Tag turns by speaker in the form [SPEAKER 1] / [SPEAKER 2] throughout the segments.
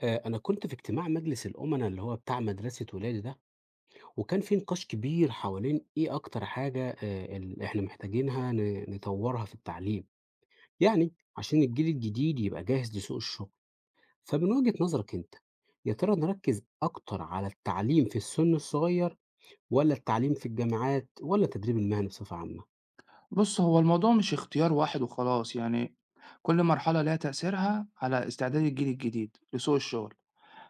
[SPEAKER 1] أنا كنت في اجتماع مجلس الأمنا اللي هو بتاع مدرسة ولادي ده. وكان في نقاش كبير حوالين إيه أكتر حاجة اللي إحنا محتاجينها نطورها في التعليم، يعني عشان الجيل الجديد يبقى جاهز لسوق الشغل. فمن وجهة نظرك أنت، يا ترى نركز أكتر على التعليم في السن الصغير، ولا التعليم في الجامعات، ولا التدريب المهني بصفة عامة؟
[SPEAKER 2] بُص، هو الموضوع مش اختيار واحد وخلاص، يعني كل مرحلة ليها تأثيرها على استعداد الجيل الجديد لسوق الشغل.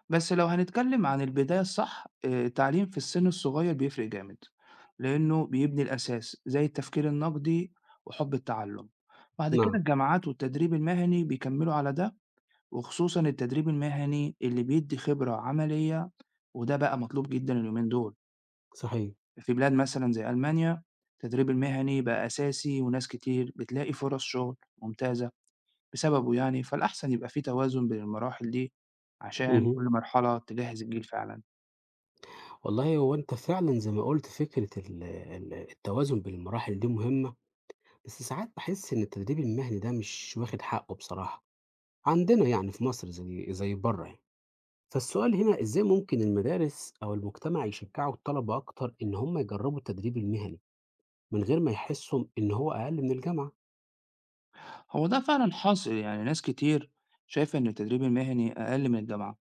[SPEAKER 2] بس لو هنتكلم عن البداية الصح، التعليم في السن الصغير بيفرق جامد، لإنه بيبني الأساس زي التفكير النقدي وحب التعلم. بعد كده
[SPEAKER 1] نعم.
[SPEAKER 2] الجامعات والتدريب المهني بيكملوا على ده، وخصوصًا التدريب المهني اللي بيدي خبرة عملية، وده بقى مطلوب جدًا اليومين دول.
[SPEAKER 1] صحيح.
[SPEAKER 2] في بلاد مثلًا زي ألمانيا، التدريب المهني بقى أساسي وناس كتير بتلاقي فرص شغل ممتازة بسببه يعني، فالأحسن يبقى في توازن بين المراحل دي
[SPEAKER 1] مه.
[SPEAKER 2] عشان كل مرحلة تجهّز الجيل فعلًا.
[SPEAKER 1] والله هو أنت فعلا زي ما قلت فكرة التوازن بين المراحل دي مهمة، بس ساعات باحس إن التدريب المهني ده مش واخد حقه بصراحة، عندنا يعني في مصر زي برّه يعني. فالسؤال هنا إزاي ممكن المدارس أو المجتمع يشجعوا الطلبة أكتر إن هم يجربوا التدريب المهني، من غير ما يحسوا إن هو أقل من الجامعة؟
[SPEAKER 2] هو ده فعلًا حاصل، يعني ناس كتير شايفة إن التدريب المهني أقل من الجامعة،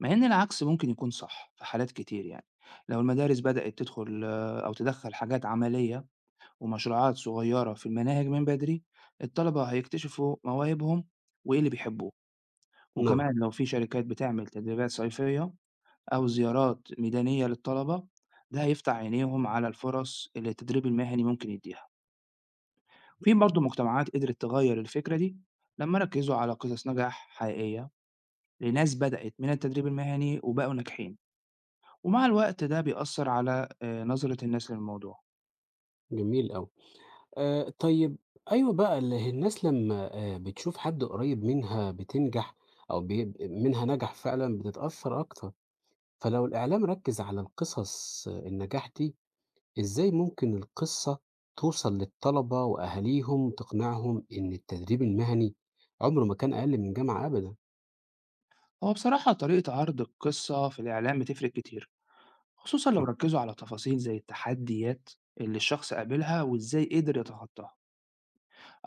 [SPEAKER 2] مع إن العكس ممكن يكون صح في حالات كتير يعني. لو المدارس بدأت تدخل آه، أو تدخّل حاجات عملية ومشروعات صغيرة في المناهج من بدري، الطلبة هيكتشفوا مواهبهم وإيه اللي بيحبوه.
[SPEAKER 1] نعم.
[SPEAKER 2] وكمان لو في شركات بتعمل تدريبات صيفية أو زيارات ميدانية للطلبة، ده هيفتح عينيهم على الفرص اللي التدريب المهني ممكن يديها. في برضه مجتمعات قدرت تغير الفكرة دي لما ركزوا على قصص نجاح حقيقية لناس بدأت من التدريب المهني وبقوا ناجحين، ومع الوقت ده بيأثر على نظرة الناس للموضوع.
[SPEAKER 1] جميل أوي. طيب. أيوه بقى الناس لمّا بتشوف حد قريب منها بتنجح، أو منها نجح فعلًا بتتأثر أكتر. فلو الإعلام ركز على القصص النجاح دي، إزاي ممكن القصة توصل للطلبة وأهاليهم وتقنعهم إن التدريب المهني عمره ما كان أقل من جامعة أبدا؟
[SPEAKER 2] هو بصراحة طريقة عرض القصة في الإعلام بتفرق كتير، خصوصا لو
[SPEAKER 1] صح.
[SPEAKER 2] ركزوا على تفاصيل زي التحديات اللي الشخص قابلها وإزاي قدر يتخطاها،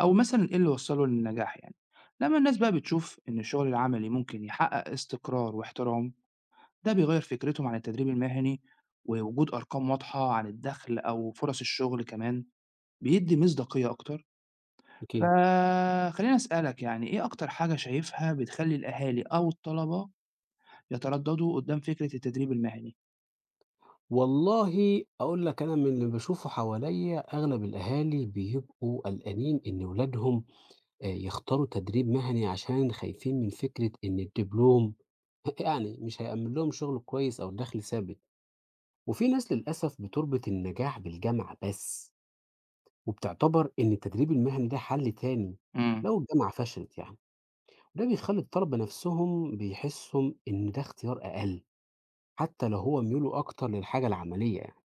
[SPEAKER 2] أو مثلًا إيه اللي وصّله للنجاح يعني. لمّا الناس بقى بتشوف إن الشغل العملي ممكن يحقق استقرار واحترام، ده بيغيّر فكرتهم عن التدريب المهني، ووجود أرقام واضحة عن الدخل أو فرص الشغل كمان بيدّي مصداقية أكتر.
[SPEAKER 1] أكيد.
[SPEAKER 2] فخلّيني أسألك، يعني إيه أكتر حاجة شايفها بتخلّي الأهالي أو الطلبة يتردّدوا قدّام فكرة التدريب المهني؟
[SPEAKER 1] والله أقول لك، أنا من اللي بشوفه حواليا أغلب الأهالي بيبقوا قلقانين إن ولادهم يختاروا تدريب مهني عشان خايفين من فكرة إن الدبلوم يعني مش هيأمن لهم شغل كويس أو دخل ثابت. وفي ناس للأسف بتربط النجاح بالجامعة بس، وبتعتبر إن التدريب المهني ده حل تاني
[SPEAKER 2] إمم.
[SPEAKER 1] لو الجامعة فشلت يعني. وده بيخلي الطلبة نفسهم بيحسوا إن ده اختيار أقل، حتى لو هو ميوله أكتر للحاجة العملية يعني.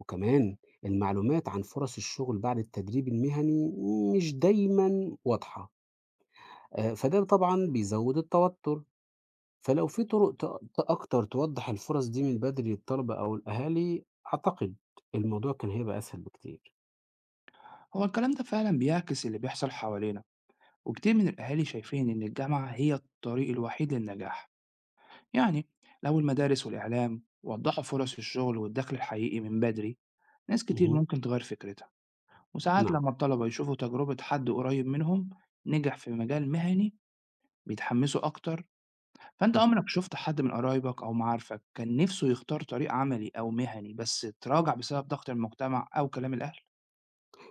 [SPEAKER 1] وكمان المعلومات عن فرص الشغل بعد التدريب المهني مش دايما واضحة، فده طبعا بيزود التوتر. فلو في طرق أكتر توضح الفرص دي من بدري للطلبة أو الأهالي، أعتقد الموضوع كان هيبقى أسهل بكتير.
[SPEAKER 2] هو الكلام ده فعلًا بيعكس اللي بيحصل حوالينا، وكتير من الأهالي شايفين إن الجامعة هي الطريق الوحيد للنجاح. يعني لو المدارس والإعلام وضحوا فرص الشغل والدخل الحقيقي من بدري، ناس كتير
[SPEAKER 1] مهم.
[SPEAKER 2] ممكن تغير فكرتها. وساعات
[SPEAKER 1] نعم.
[SPEAKER 2] لما الطلبة يشوفوا تجربة حد قريب منهم نجح في مجال مهني بيتحمسوا أكتر. فأنت
[SPEAKER 1] صح.
[SPEAKER 2] عمرك شفت حد من قرايبك أو معارفك كان نفسه يختار طريق عملي أو مهني بس تراجع بسبب ضغط المجتمع أو كلام الأهل؟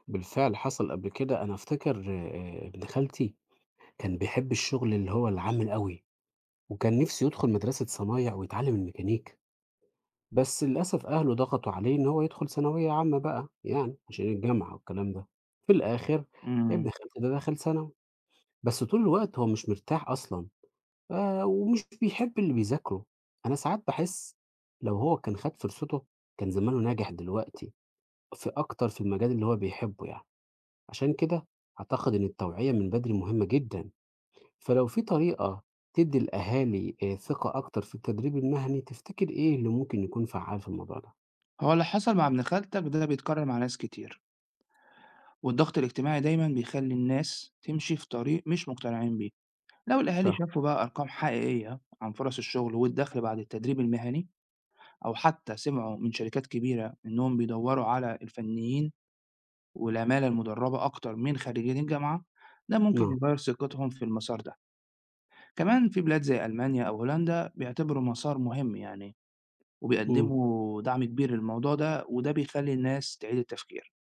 [SPEAKER 1] بالفعل حصل قبل كده، أنا أفتكر ابن خالتي كان بيحب الشغل اللي هو العام الأوي، وكان نِفْسه يدخُل مدرسة صنايع ويتعلّم الميكانيك، بس للأسف أهله ضغطوا عليه إن هو يدخُل ثانوية عامة بقى يعني عشان الجامعة والكلام ده. في الآخِر
[SPEAKER 2] امم.
[SPEAKER 1] ابن خالتي ده دخل ثانوي، بس طول الوقت هو مش مرتاح أصلًا، ومش بيحب اللي بيذاكره. أنا ساعات باحس لو هو كان خَد فرصته كان زمانه ناجح دلوقتي في أكتر، في المجال اللي هو بيحبّه يعني. عشان كده أعتقد إن التوعية من بدري مهمة جدا. فلو في طريقة تدي الأهالي ثقة أكتر في التدريب المهني، تفتكر إيه اللي ممكن يكون فعال في الموضوع ده؟
[SPEAKER 2] هو اللي حصل مع ابن خالتك ده بيتكرر مع ناس كتير، والضغط الاجتماعي دايما بيخلي الناس تمشي في طريق مش مقتنعين بيه. لو الأهالي
[SPEAKER 1] صح.
[SPEAKER 2] شافوا بقى أرقام حقيقية عن فرص الشغل والدخل بعد التدريب المهني، أو حتى سمعوا من شركات كبيرة إنهم بيدوروا على الفنيين والعمالة المدربة أكتر من خريجين الجامعة، ده ممكن
[SPEAKER 1] نعم.
[SPEAKER 2] يغير ثقتهم في المسار ده. كمان في بلاد زي ألمانيا أو هولندا بيعتبروا مسار مهم يعني،
[SPEAKER 1] مم.
[SPEAKER 2] وبيقدموا دعم كبير للموضوع ده، وده بيخلي الناس تعيد التفكير.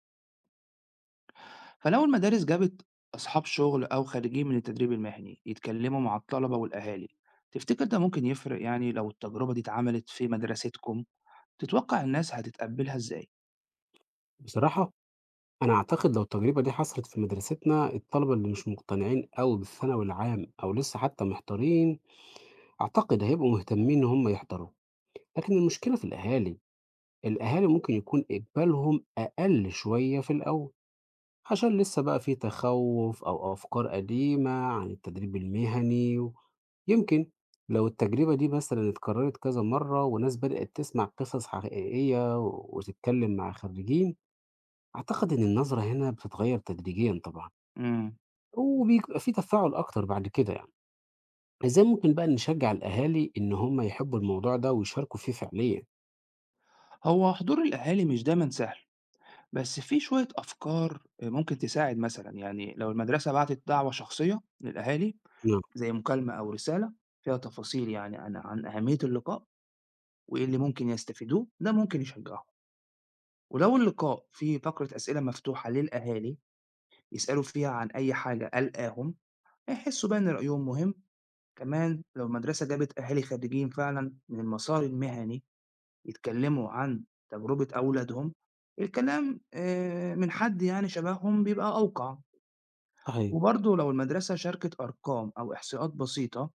[SPEAKER 2] فلو المدارس جابت أصحاب شغل أو خارجين من التدريب المهني يتكلموا مع الطلبة والأهالي، تفتكر ده ممكن يفرق يعني؟ لو التجربة دي اتعملت في مدرستكم، تتوقع الناس هتتقبلها إزاي؟
[SPEAKER 1] بصراحة أنا أعتقد لو التجربة دي حصلت في مدرستنا الطلبة اللي مش مقتنعين أوي بالثانوي العام أو لسه حتى محتارين، أعتقد هيبقوا مهتمين إن هم يحضروا. لكن المشكلة في الأهالي، الأهالي ممكن يكون إقبالهم أقل شوية في الأول، عشان لسه بقى في تخوّف أو أفكار قديمة عن التدريب المهني. و يمكن لو التجربة دي مثلًا اتكرّرت كذا مرّة وناس بدأت تسمع قصص حقيقية و- وتتكلّم مع خرّيجين، أعتقد إن النظرة هنا بتتغيّر تدريجيًا طبعًا،
[SPEAKER 2] مم.
[SPEAKER 1] وبيبقى في تفاعل أكتر بعد كده يعني. إزاي ممكن بقى نشجّع الأهالي إن هم يحبّوا الموضوع ده ويشاركوا فيه فعليًا؟
[SPEAKER 2] هو حضور الأهالي مش دايما سهل، بس في شوية أفكار ممكن تساعد، مثلا يعني لو المدرسة بعتت دعوة شخصية للأهالي
[SPEAKER 1] نعم.
[SPEAKER 2] زي مكالمة أو رسالة فيها تفاصيل يعني عن أهمية اللقاء وإيه اللي ممكن يستفيدوه، ده ممكن يشجعهم. ولو اللقاء فيه فقرة أسئلة مفتوحة للأهالي يسألوا فيها عن أي حاجة قلقاهم، هيحسّوا بقى إن رأيهم مهم. كمان لو المدرسة جابت أهالي خريجين فعلًا من المسار المهني يتكلّموا عن تجربة أولادهم، الكلام من حد يعني شبههم بيبقى أوقع.
[SPEAKER 1] صحيح.
[SPEAKER 2] وبرضه لو المدرسة شاركت أرقام أو إحصاءات بسيطة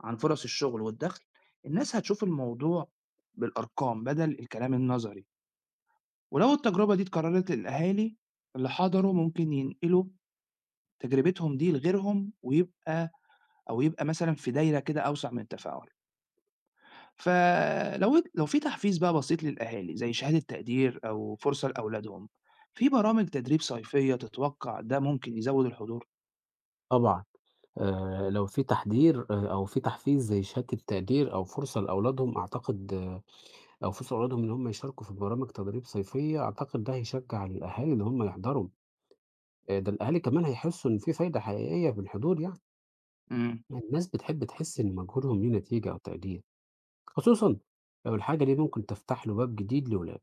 [SPEAKER 2] عن فرص الشغل والدخل، الناس هتشوف الموضوع بالأرقام بدل الكلام النظري. ولو التجربة دي اتكرّرت للأهالي اللي حضروا، ممكن ينقلوا تجربتهم دي لغيرهم، ويبقى أو يبقى مثلًا في دايرة كده أوسع من التفاعل. فلو في تحفيز بقى بسيط للأهالي زي شهادة تقدير أو فرصة لأولادهم، في برامج تدريب صيفية، تتوقع ده ممكن يزود الحضور؟
[SPEAKER 1] طبعًا. لو في تحضير أو في تحفيز زي شهادة التقدير أو فرصة لأولادهم، أعتقد لو في صعودهم إن هم يشاركوا في برامج تدريب صيفية، أعتقد ده هيشجع الأهالي إن هم يحضروا. ده الأهالي كمان هيحسوا إن في فايدة حقيقية في الحضور يعني،
[SPEAKER 2] إمم،
[SPEAKER 1] يعني الناس بتحب تحس إن مجهودهم ليه نتيجة أو تقدير، خصوصًا لو الحاجة دي ممكن تفتح له باب جديد لولاده.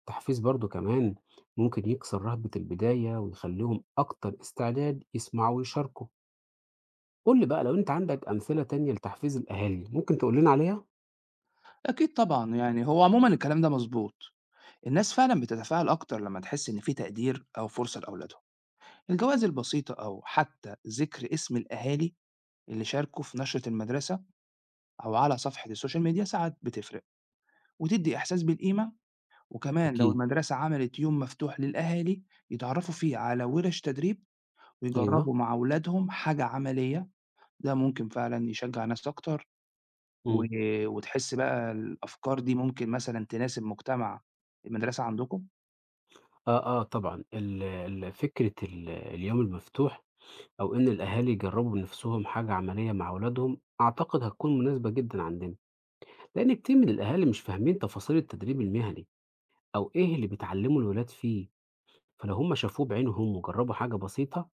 [SPEAKER 1] التحفيز برضه كمان ممكن يكسر رهبة البداية ويخليهم أكتر استعداد يسمعوا ويشاركوا. قُل لي بقى، لو أنت عندك أمثلة تانية لتحفيز الأهالي ممكن تقول لنا عليها؟
[SPEAKER 2] أكيد طبعًا، يعني هو عمومًا الكلام ده مضبوط. الناس فعلًا بتتفاعل أكتر لمّا تحس إن في تقدير أو فرصة لأولادهم. الجوائز البسيطة أو حتى ذكر اسم الأهالي اللي شاركوا في نشرة المدرسة أو على صفحة السوشيال ميديا ساعات بتفرق، وتدي إحساس بالقيمة. وكمان لو
[SPEAKER 1] أكيد.
[SPEAKER 2] المدرسة عملت يوم مفتوح للأهالي يتعرفوا فيه على ورش تدريب
[SPEAKER 1] أيوه.
[SPEAKER 2] ويجربوا مع أولادهم حاجة عملية، ده ممكن فعلًا يشجع ناس أكتر، و
[SPEAKER 1] إمم.
[SPEAKER 2] وتحس بقى الأفكار دي ممكن مثلًا تناسب مجتمع المدرسة عندكم؟
[SPEAKER 1] آه، آه طبعًا. ال فكرة اليوم المفتوح أو إن الأهالي يجرّبوا بنفسهم حاجة عملية مع أولادهم، أعتقد هتكون مناسبة جدًا عندنا، لإن كتير من الأهالي مش فاهمين تفاصيل التدريب المهني أو إيه اللي بيتعلّموا الولاد فيه. فلو هم شافوه بعينهم وجرّبوا حاجة بسيطة،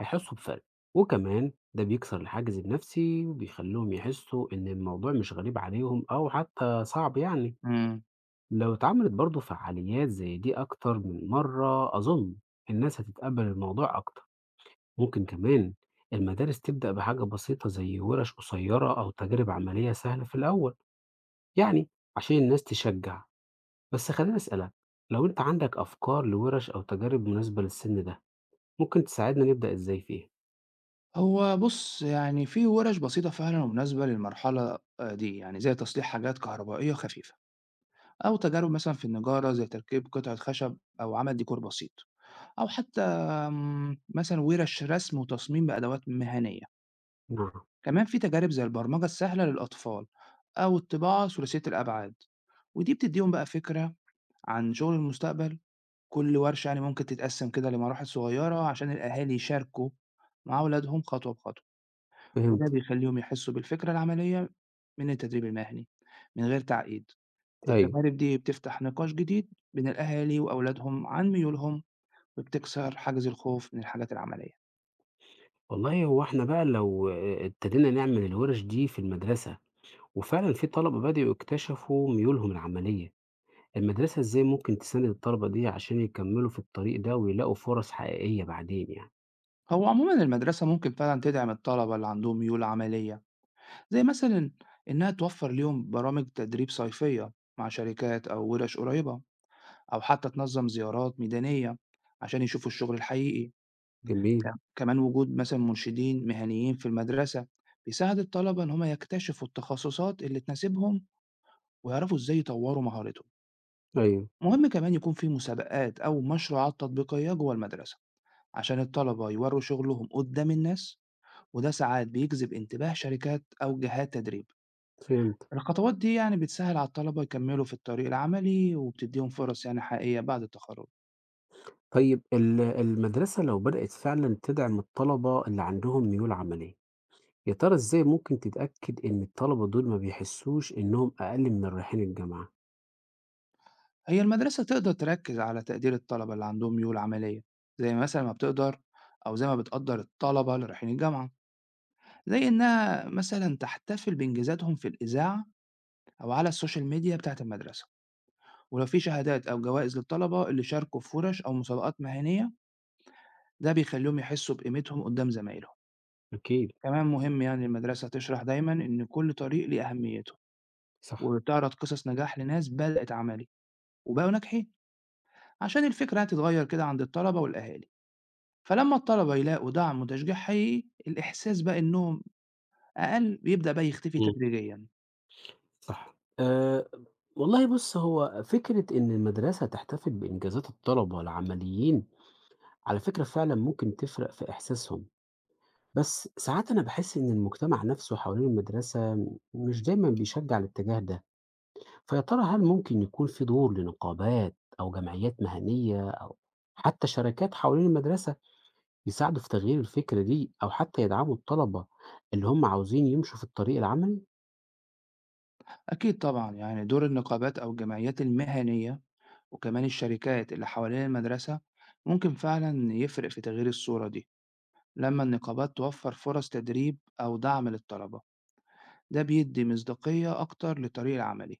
[SPEAKER 1] هيحسّوا بفرق. وكمان ده بيكسر الحاجز النفسي وبيخلّيهم يحسّوا إن الموضوع مش غريب عليهم أو حتى صعب يعني.
[SPEAKER 2] إمم.
[SPEAKER 1] لو اتعملت برضه فعاليات زي دي أكتر من مرة، أظن الناس هتتقبل الموضوع أكتر. ممكن كمان المدارس تبدأ بحاجة بسيطة زي ورش قصيرة أو تجارب عملية سهلة في الأول، يعني عشان الناس تشجع. بس خليني أسألك، لو أنت عندك أفكار لورش أو تجارب مناسبة للسن ده ممكن تساعدنا نبدأ إزاي فيها؟
[SPEAKER 2] هو بُص، يعني في ورش بسيطة فعلًا ومناسبة للمرحلة دي، يعني زي تصليح حاجات كهربائية خفيفة، أو تجارب مثلًا في النجارة زي تركيب قطعة خشب أو عمل ديكور بسيط. أو حتى مثلًا وِرَش رسم وتصميم بأدوات مهنية.
[SPEAKER 1] نعم.
[SPEAKER 2] كمان في تجارب زي البرمجة السهلة للأطفال أو الطباعة ثلاثية الأبعاد، ودي بتدّيهم بقى فكرة عن شغل المستقبل. كل ورشة يعني ممكن تتقسّم كده لمراحل صغيرة عشان الأهالي يشاركوا مع أولادهم خطوة بخطوة، وده
[SPEAKER 1] فهمت.
[SPEAKER 2] بيخلّيهم يحسّوا بالفكرة العملية من التدريب المهني من غير تعقيد.
[SPEAKER 1] أيوه.
[SPEAKER 2] التجارب دي بتفتح نقاش جديد بين الأهالي وأولادهم عن ميولهم، وبتكسر حاجز الخوف من الحاجات العملية.
[SPEAKER 1] والله هو إحنا بقى لو ابتدينا نعمل الورش دي في المدرسة وفعلا في طلبة بدأوا يكتشفوا ميولهم العملية، المدرسة إزاي ممكن تساند الطلبة دي عشان يكمّلوا في الطريق ده ويلاقوا فرص حقيقية بعدين يعني؟
[SPEAKER 2] هو عمومًا المدرسة ممكن فعلًا تدعم الطلبة اللي عندهم ميول عملية، زي مثلًا إنها توفر ليهم برامج تدريب صيفية مع شركات أو ورش قريبة، أو حتى تنظم زيارات ميدانية عشان يشوفوا الشغل الحقيقي. ك
[SPEAKER 1] جميل.
[SPEAKER 2] كمان وجود مثلًا مرشدين مهنيين في المدرسة بيساعد الطلبة إن هم يكتشفوا التخصصات اللي تناسبهم ويعرفوا إزاي يطوروا مهارتهم.
[SPEAKER 1] أيوه.
[SPEAKER 2] مهم كمان يكون في مسابقات أو مشروعات تطبيقية جوه المدرسة عشان الطلبة يوروا شغلهم قدام الناس، وده ساعات بيجذب انتباه شركات أو جهات تدريب.
[SPEAKER 1] فهمت.
[SPEAKER 2] الخطوات دي يعني بتسهل على الطلبة يكملوا في الطريق العملي وبتديهم فرص يعني حقيقية بعد التخرج.
[SPEAKER 1] طيب المدرسة لو بدأت فعلًا تدعم الطلبة اللي عندهم ميول عملية، يا ترى إزاي ممكن تتأكد إن الطلبة دول ما بيحسّوش إنهم أقل من الرايحين الجامعة؟
[SPEAKER 2] هي المدرسة تقدر تركز على تقدير الطلبة اللي عندهم ميول عملية، زي مثلا ما بتقدر زي ما بتقدر الطلبة اللي رايحين الجامعة، زي إنها مثلا تحتفل بإنجازاتهم في الإذاعة أو على السوشيال ميديا بتاعة المدرسة. ولو في شهادات أو جوائز للطلبة اللي شاركوا في ورش أو مسابقات مهنية، ده بيخليهم يحسوا بقيمتهم قدام زمايلهم.
[SPEAKER 1] أكيد.
[SPEAKER 2] كمان مهم يعني المدرسة تشرح دايما إن كل طريق ليه أهميته،
[SPEAKER 1] صح.
[SPEAKER 2] وتعرض قصص نجاح لناس بدأت عملي وبقوا ناجحين، عشان الفكرة هتتغير كده عند الطلبة والأهالي. فلما الطلبة يلاقوا دعم وتشجيع حقيقي، الإحساس بقى إنهم أقل بيبدأ بقى يختفي
[SPEAKER 1] إمم.
[SPEAKER 2] تدريجيا.
[SPEAKER 1] صح. والله بُص هو فكرة إن المدرسة تحتفل بإنجازات الطلبة العمليين، على فكرة فعلًا ممكن تفرق في إحساسهم. بس ساعات أنا باحس إن المجتمع نفسه حوالين المدرسة مش دايمًا بيشجّع الاتجاه ده. فيا ترى هل ممكن يكون في دور لنقابات أو جمعيات مهنية أو حتى شركات حوالين المدرسة يساعدوا في تغيير الفكرة دي أو حتى يدعموا الطلبة اللي هم عاوزين يمشوا في الطريق العملي؟
[SPEAKER 2] أكيد طبعا، يعني دور النقابات أو الجمعيات المهنية وكمان الشركات اللي حوالين المدرسة ممكن فعلا يفرق في تغيير الصورة دي. لما النقابات توفر فرص تدريب أو دعم للطلبة، ده بيدّي مصداقية أكتر للطريق العملي.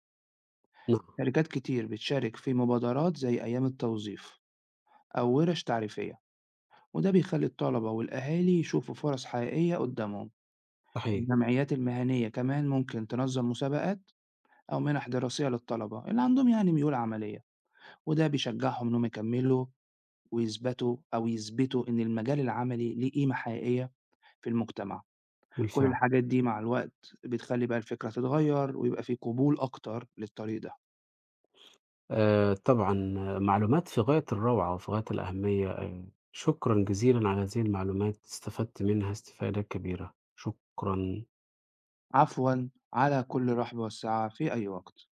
[SPEAKER 1] نعم.
[SPEAKER 2] شركات كتير بتشارك في مبادرات زي أيام التوظيف أو ورش تعريفية، وده بيخلي الطلبة والأهالي يشوفوا فرص حقيقية قدامهم.
[SPEAKER 1] صحيح.
[SPEAKER 2] الجمعيات المهنية كمان ممكن تنظم مسابقات أو منح دراسية للطلبة اللي عندهم يعني ميول عملية، وده بيشجعهم إنهم يكملوا ويثبتوا أو يثبتوا إن المجال العملي ليه قيمة حقيقية في المجتمع. كل
[SPEAKER 1] بالفعل.
[SPEAKER 2] الحاجات دي مع الوقت بتخلي بقى الفكرة تتغير ويبقى في قبول أكتر للطريق ده.
[SPEAKER 1] طبعًا. معلومات في غاية الروعة وفي غاية الأهمية. شكرًا جزيلًا على هذه المعلومات، استفدت منها استفادة كبيرة. شكرًا.
[SPEAKER 2] عفوًا، على كل رحب وسعة في أي وقت.